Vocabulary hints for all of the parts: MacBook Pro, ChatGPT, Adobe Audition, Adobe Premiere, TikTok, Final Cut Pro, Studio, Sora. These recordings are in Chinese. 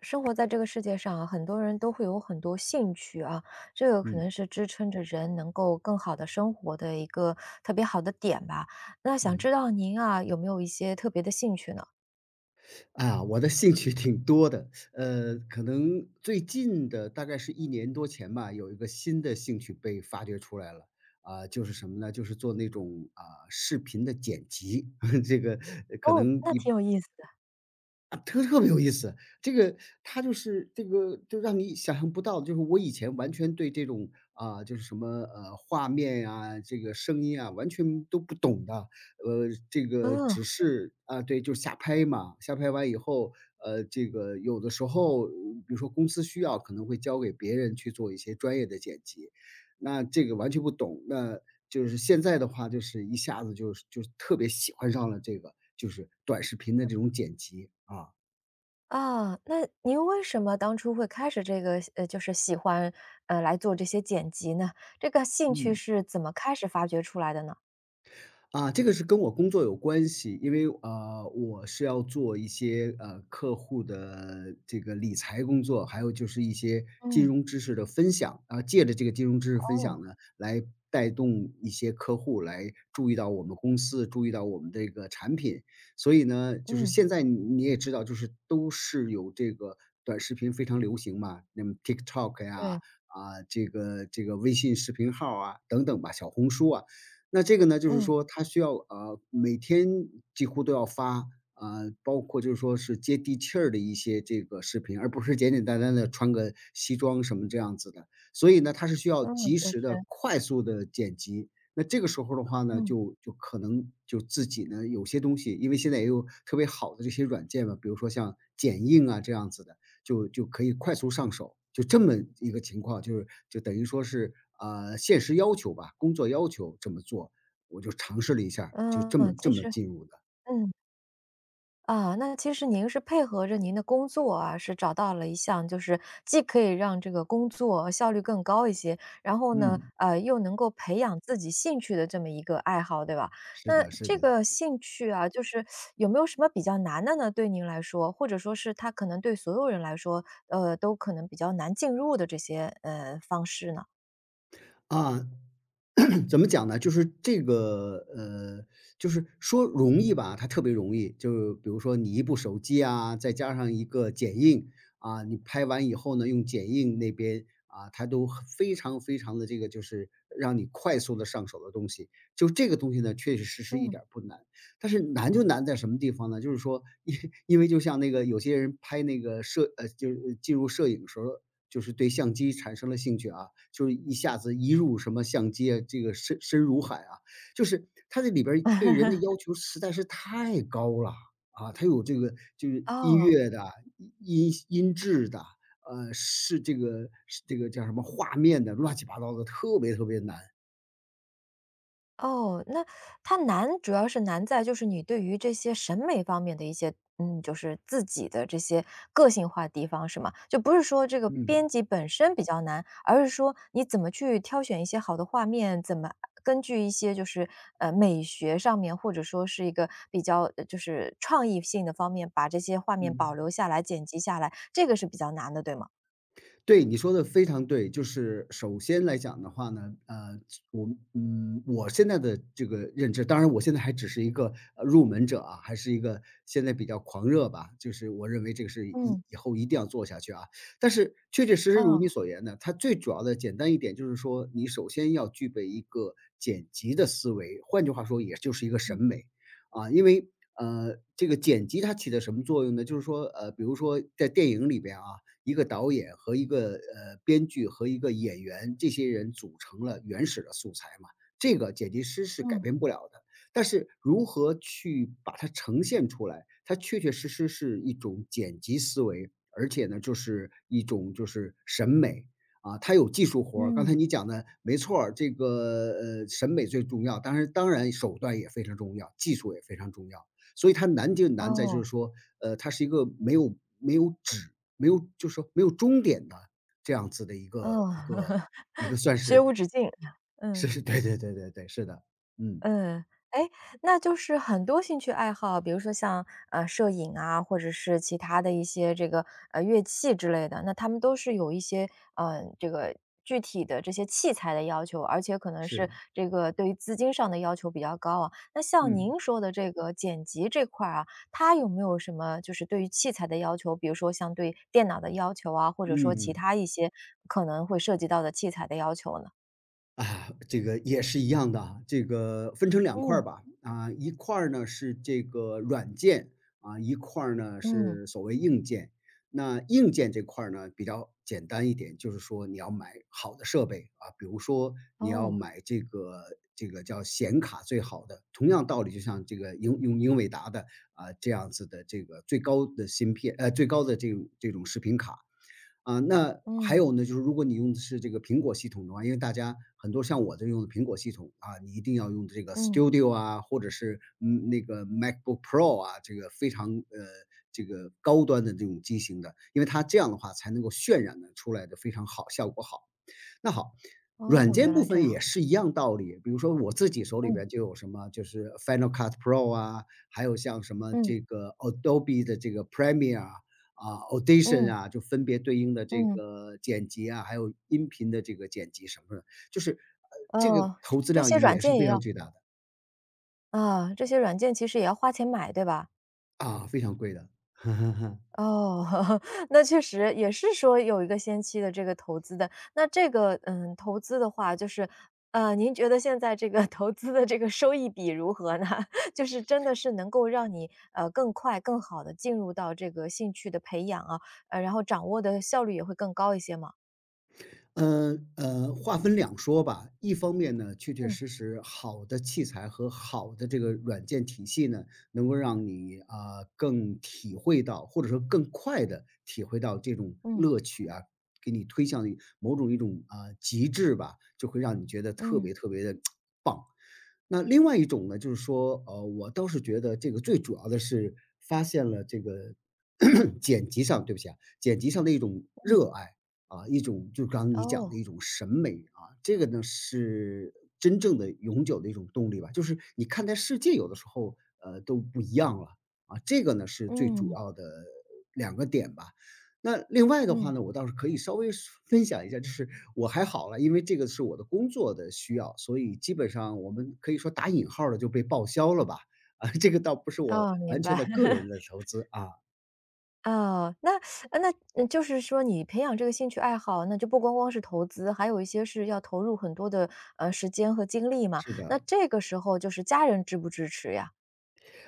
生活在这个世界上啊，很多人都会有很多兴趣啊，这个可嗯能是支撑着人能够更好的生活的一个特别好的点吧。那想嗯，知道您啊，有没有一些特别的兴趣呢？我的兴趣挺多的，可能最近的大概是一年多前吧，有一个新的兴趣被发掘出来了。就是什么呢？就是做那种，视频的剪辑，这个呃可哦，能那一挺有意思的。啊，特特别有意思，这个它就让你想象不到，就是我以前完全对这种，啊，就是什么，呃，画面呀，这个声音啊，完全都不懂的。这个嗯，只是啊，对，就瞎拍嘛，瞎拍完以后，这个有的时候，比如说公司需要，可能会交给别人去做一些专业的剪辑，那这个完全不懂。那就是现在的话，就是一下子就是特别喜欢上了这个，就是短视频的这种剪辑啊。啊，那您为什么当初会开始就是喜欢，来做这些剪辑呢？这个兴趣嗯。是怎么开始发掘出来的呢？啊，这个是跟我工作有关系，因为我是要做一些客户的这个理财工作，还有就是一些金嗯，融知识的分享啊，借着这个金融知识分哦，享呢，来带动一些客户来注意到我们公司，注意到我们这个产品。所以呢，就是嗯，现在你也知道，就是都是有这个短视频非常流行嘛，那么 TikTok 对，呀，这个微信视频号啊，等等吧，小红书啊。那这个呢，就是嗯，说他需要，每天几乎都要发啊，包括就是说是接地气儿的一些这个视频，而不是简简单单的穿个西装什么这样子的。所以呢，他是需要嗯，及确时的、实，快速的剪辑。那这个时候的话呢，嗯，就可能就自己呢，有些东西因为现在也有特别好的这些软件嘛，比如说像剪映啊这样子的，就可以快速上手，就这么一个情况，就是就等于说是，现实要求吧，工作要求这么做，我就尝试了一下儿就这嗯，么其这么实进入的。嗯。啊，那其实您是配合着您的工作啊，是找到了一项就是既可以让这个工作效率更高一些，然后呢，嗯，又能够培养自己兴趣的这么一个爱好，对吧？是那的是这的。个兴趣啊，就是有没有什么比较难的呢？对您来说，或者说是它可能对所有人来说，呃，都可能比较难进入的这些呃方式呢？啊，怎么讲呢？就是这个，就是说容易吧，它特别容易。就比如说你一部手机啊，再加上一个剪映啊，你拍完以后呢，用剪映那边啊，它都很非常非常的这个，就是让你快速的上手的东西。就这个东西呢，确确实实一嗯，点儿不难。但是难就难在什么地方呢？就是说，因为就像那个有些人拍那个摄呃，就是呃进入摄影时候就是对相机产生了兴趣啊，就是一下子一入什么相机啊，这个深深如海啊，就是它这里边儿对人的要求实在是太高了啊，它有这个就是音哦。乐的、音质的，是这个叫什么画面的，乱七八糟的，特别特别难。哦，那它难主要是难在就是你对于这些审美方面的一些，嗯，就是自己的这些个性化地方是吗？就不是说这个嗯编辑本身比较难，而是说你怎么去挑选一些好的画面，怎么根据一些就是呃美学上面，或者说是一个比较呃就是创意性的方面，把这些画面保留嗯。下来、剪辑下来，这个是比较难的，对吗？对，你说的非常对。就是首先来讲的话呢，我我现在的这个认知当然我现在还只是一个，入门者啊，还是一个现在比较狂热吧，就是我认为这个是嗯，以后一定要做下去啊。但是确确实实如哦，你所言呢，它最主要的简单一点就是说，你首先要具备一个剪辑的思维，换句话说也就是一个审嗯美。啊，因为，这个剪辑它起的什么作用呢？就是说，比如说在电影里边啊，一个导演和一个编剧和一个演员这些人组成了原始的素材嘛，这个剪辑师是改嗯变不了的。但是如何去把它呈现出来，它确确实实是一种剪辑思维，而且呢，就是一种就是审美啊，它有技术活儿。刚嗯，才你讲的没错儿，这个审美最重要，当然手段也非常重要，技术也非常重要。所以它难就难在哦就是说，它是一个没有就是说没有终点的这样子的一个哦，一个一个 算学是。无止境，是，嗯。是，对对对对对，是的，嗯，嗯，哎，那就是很多兴趣爱好，比如说像，呃，摄影啊，或者是其他的一些这个，呃，乐器之类的，那他们都是有一些，呃，这个具体的这些器材的要求，而且可能是是，这个对于资金上的要求比较高啊。那像嗯，您说的这个剪辑这块儿啊，它有没有什么就是对于器材的要求，比如说像对电脑的要求啊，或者说嗯其他嗯。一些可能会涉及到的器材的要求呢？啊，这个也是一样的啊这个分成两块儿嗯，吧。啊，一块儿呢是这个软件，啊，一块儿呢嗯，是所谓硬件。那硬件这块儿呢比较简单一点，就是说你要买好的设备啊，比如说你要哦，买这个叫显卡最好的，同样道理，就像这个英伟达的啊这样子的这个最高的芯片，最高的这种视频卡啊，那还嗯，有呢，就是如果你用的是这个苹果系统的话，因为大家很多像我这用的苹果系统啊，你一定要用这个 嗯。Studio 啊，或者是那个 MacBook Pro 啊，这个非常这个高端的这种机型的，因为它这样的话才能够渲染的出来的非常好，效果好。那好，软哦，原件部来这分样。也是一样道理。比如说我自己手里边嗯就有什么，就是 Final Cut Pro 啊，还有像什么嗯这个 Adobe 的这个 Premiere 啊、啊 Audition 嗯啊，就分别对应的这嗯，个剪辑啊，还有音频的这个剪辑什么的，就是呃，这个哦，这投资这量些软也是件也非常要巨大的啊，这些软件其实也要花钱买，对吧？啊，非常贵的。哦，那确实也是说有一个先期的这个投资的。那这个，嗯，投资的话就是，您觉得现在这个 投资的这个收益比如何呢？就是真的是能够让你，更快更好的进入到这个兴趣的培养啊，然后掌握的效率也会更高一些吗？话分两说吧。一方面呢，确确嗯实实好的器材和好的这个软件体系呢，能够让你啊、更体会到，或者说更快的体会到这种嗯乐趣啊，给你推向某种一种啊、极致吧，就会让你觉得特嗯别特别的 棒。那另外一种呢，就是说，我倒是觉得这个最主要的是发现了这个 剪辑上对不起啊，剪辑上的一种嗯，热爱啊，一种就刚刚你讲的哦，一种审美啊，这个呢是真正的永久的一种动力吧。就是你看待世界有的时候，都不一样了啊，这个呢是最主嗯。要的两个点吧。那另外的话嗯，呢，我倒是可以稍微说分享一下，就是我还好了，因为这个是我的工作的需要，所以基本上我们可以说打引号儿的就被报销了吧。啊，这个倒不是我哦，明完全白。的个 人的投资啊，哦，那那就是说你培养这个兴趣爱好，那就不光光是投资，还有一些是要投入很多的，时间和精力嘛。是那的。这个时候就是家人支不支持呀？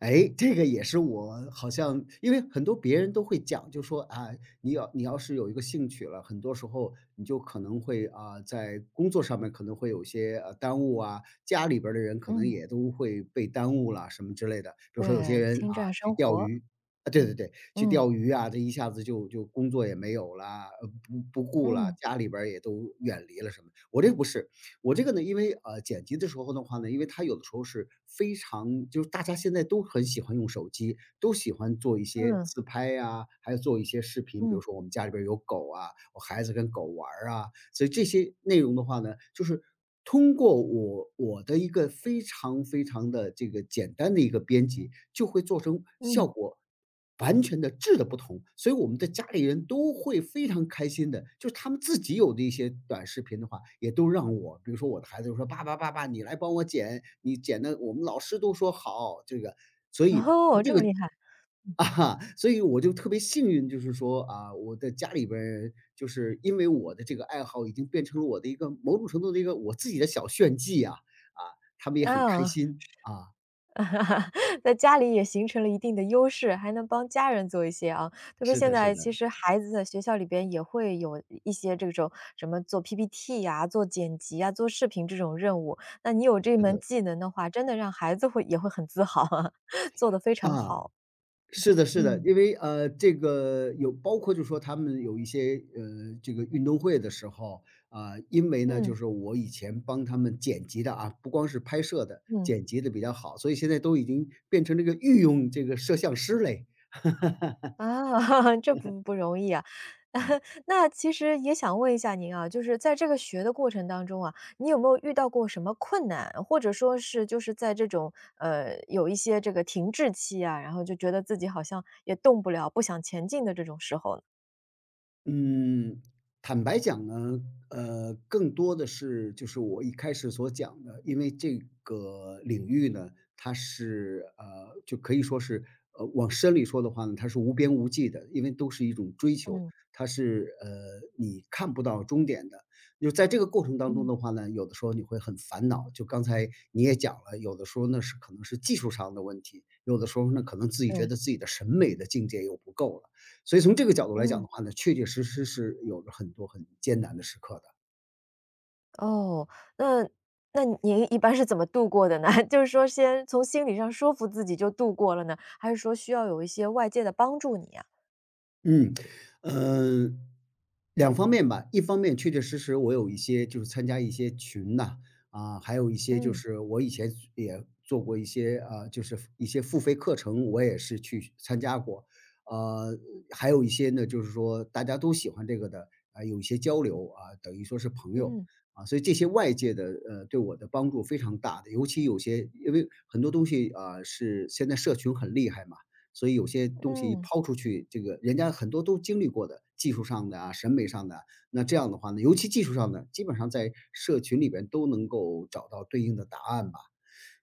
哎，这个也是我好像因为很多别人都会讲，就说啊，你要是有一个兴趣了，很多时候你就可能会啊，在工作上面可能会有些耽误啊，家里边儿的人可能嗯，也都会被耽误了什么之类的。比如对，说有些人侵啊占去生钓活。鱼，啊，对嗯，对对，去嗯，钓鱼啊，这一下子就工作也没有啦，不顾了，嗯，家里边儿也都远离了什么。我这不是，我这个呢，因为剪辑的时候的话呢，因为它有的时候是非常就是大家现在都很喜欢用手机，都喜欢做一些嗯，自拍呀、还有做一些视频，比嗯，如说我们家里边儿有狗啊，我孩子跟狗玩儿啊，所以这些内容的话呢，就是通过我的一个非常非常的这个简单的一个编辑，就会做成效嗯，果。完全的质的不同，所以我们的家里人都会非常开心的，就是他们自己有的一些短视频的话，也都让我，比如说我的孩子就说：“爸爸，爸爸，你来帮我剪，你剪的我们老师都说好。”这个，所 以哦，这这么个厉害，所以我就特别幸运，就是说啊，我的家里边儿人就是因为我的这个爱好，已经变成了我的一个某种程度的一个我自己的小炫技啊，他们也很开啊。心啊，在家里也形成了一定的优势，还能帮家人做一些啊。特别是现的，是在的，其实孩子在学校里边也会有一些这种什么做 PPT 呀、做剪辑呀、做视频这种任务，那你有这是门的技能的话，真的让孩子会也会很自豪啊，做得非常啊。好。是的，是的，嗯，因为这个有包括就说他们有一些这个运动会的时候啊、因为呢，就嗯，是我以前帮他们剪辑的啊，不光是拍摄的，嗯。剪辑的比较好，所以现在都已经变成这个御用这个摄像师嘞。啊，这不容易啊。那其实也想问一下您啊，就是在这个学的过程当中啊，你有没有遇到过什么困难，或者说是就是在这种有一些这个停滞期啊，然后就觉得自己好像也动不了，不想前进的这种时候呢？嗯，坦白讲呢，更多的是就是我一开始所讲的，因为这个领域呢，它是就可以说是往深里说的话呢，它是无边无际的，因为都是一种追求，嗯它是你看不到终点的。就在这个过程当中嗯的话呢，有的时候你会很烦恼，就刚才你也讲了，有的时候呢是可能是技术上的问题，有的时候呢可能自己觉嗯得自己的审美的境界又不够了。所以从这个角度来讲嗯，的话呢，确确实实是有着很多很艰难的时刻的。哦，那那您一般是怎么度过的呢？就是说先从心理上说服自己就度过了呢，还是说需要有一些外界的帮助你呀？嗯，呃，两方面吧。一方面确确实实我有一些就是参加一些群呐，啊，还有一些就嗯是我以前也做过一些，就是一些付费课程，我也是去参加过。呃，还有一些呢，就是说大家都喜欢这个的，啊，有一些交流，啊，等于说是朋友。嗯啊，所以这些外界的，对我的帮助非常大的，尤其有些因为很多东西，啊，是现在社群很厉害嘛，所以有些东西嗯。抛出去，这个人家很多都经历过的，技术上的啊、审美上的啊那这样的话呢，尤其技术上的，基本上在社群里边都能够找到对应的答案吧。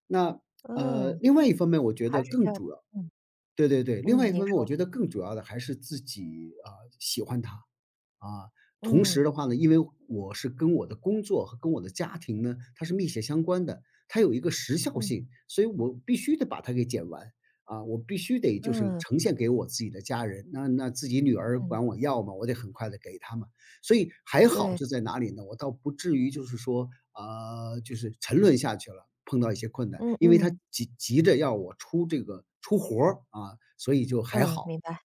那，嗯，另外一方面，我觉还得是需更要。主要嗯，对对对，另外嗯，一方您面我说。觉得更主要的还是自己啊、喜欢它啊。同嗯，时的话呢，因为我是跟我的工作和跟我的家庭呢，它是密切相关的，它有一个时效嗯，性，所以我必须得把它给剪完啊，我必须得就是嗯，呈现给我自己的家人。那那自己女儿嗯，管我要嘛，我得很快的给他们。所以还好对，就在哪里呢？我倒不至于就是说啊，就是沉沦下去了，碰到一些困难，嗯因为他嗯，急着要我出这个出活儿啊，所以就还嗯，好。明白。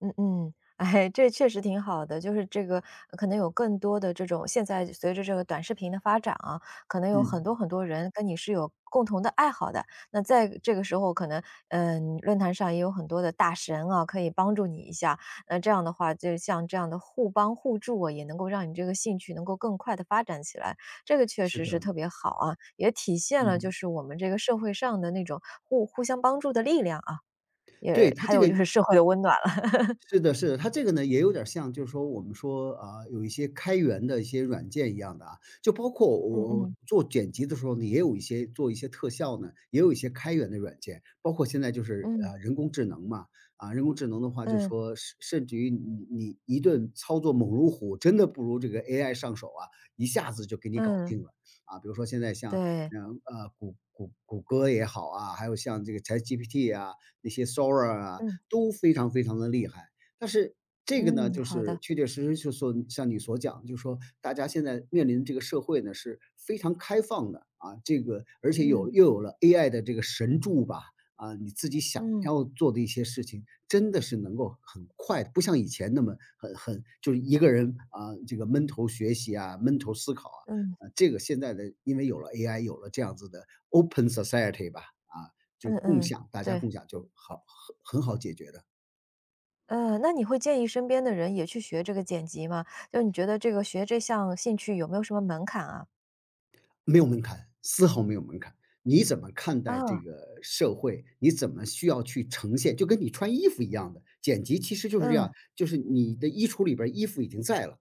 嗯嗯，哎，这确实挺好的，就是这个可能有更多的这种现在随着这个短视频的发展啊，可能有很嗯，多很多人跟你是有共同的爱好的。那在这个时候，可能嗯，论坛上也有很多的大神啊，可以帮助你一下。那这样的话，就像这样的互帮互助啊，也能够让你这个兴趣能够更快的发展起来。这个确是实是的，特别好啊，也体现了就嗯，是我们这个社会上的那种互相帮助的力量啊，对，也他还这有个就是社会的温暖了。是的，是的，它这个呢也有点儿像，就是说我们说啊，有一些开源的一些软件一样的啊，就包括嗯我嗯。做剪辑的时候呢，也有一些做一些特效呢，也有一些开源的软件，包括现在就是嗯人工智能嘛，啊，人工智能的话，就是嗯说甚至于你一顿操作猛如虎，真的不如这个 AI 上手啊，一下子就给你搞嗯，定了啊。比如说现在像对，嗯谷歌也好啊，还有像这个 ChatGPT 啊，那些 Sora 啊，嗯都非常非常的厉害。但是这个嗯，呢，就好是的，确确实实就说像你所讲，就是说大家现在面临这个社会呢是非常开放的啊，这个而且嗯有又有了 AI 的这个神助吧，啊，你自己想嗯要做的一些事情，真的是能够很快，不像以前那么很就是一个人啊，这个闷头学习啊，闷头思考啊，嗯啊，这个现在的因为有了 AI，有了这样子的 open society 吧，啊，就嗯共嗯，享，大家对，共享就好，很好解决的。嗯，那你会建议身边的人也去学这个剪辑吗？就你觉得这个学这项兴趣有没有什么门槛啊？没有门槛，丝毫没有门槛。你怎么看待这啊，个社会？你怎么需要去呈现？就跟你穿衣服一样的，剪辑其实就是这嗯样，就是你的衣橱里边儿衣服已经在了，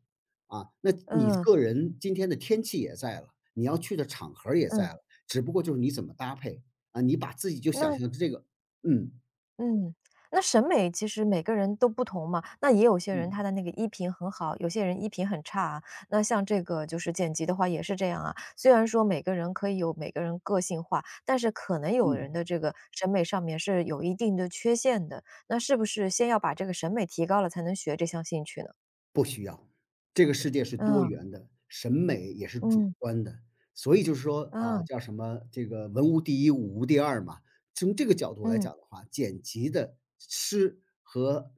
啊，那你嗯个人今天的天气也在了，你要去的场合儿也嗯，在了，只不过就是你怎么搭配，啊，你把自己就想那象这个嗯，嗯，那审美其实每个人都不同嘛，那也有些人他嗯，的那个衣品很好，有些人衣品很差啊。那像这个就是剪辑的话也是这样啊，虽然说每个人可以有每个人个性化，但是可能有人嗯。的这个审美上面是有一定的缺陷的，那是不是先要把这个审美提高了才能学这项兴趣呢？不需要，这个世界是多嗯，元的，审美也是主嗯，观的，所以就是说啊，啊，叫什么这个文无第一，武无第二嘛。从这个角度来嗯，讲的话，剪辑的师和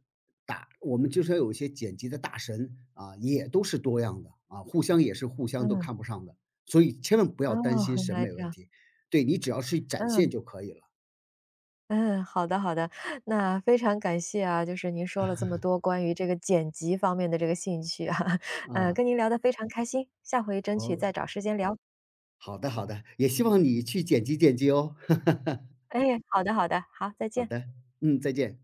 打，我们就说有一些剪辑的大神啊，也都是多样的啊，互相也是互相都嗯，看不上的，所以千万不哦，要担心原审来美这问样，题，对你只要是展现嗯。就可以了嗯，好的好的，那非常感谢啊，就是您说了这么多关于这个剪辑方面的这个兴趣啊，嗯，啊。跟您聊得非常开心，下回争取哦，再找时间聊。好的好的，也希望你去剪辑剪辑哦，哎，好的好的，好，再 好见。的，嗯，再见。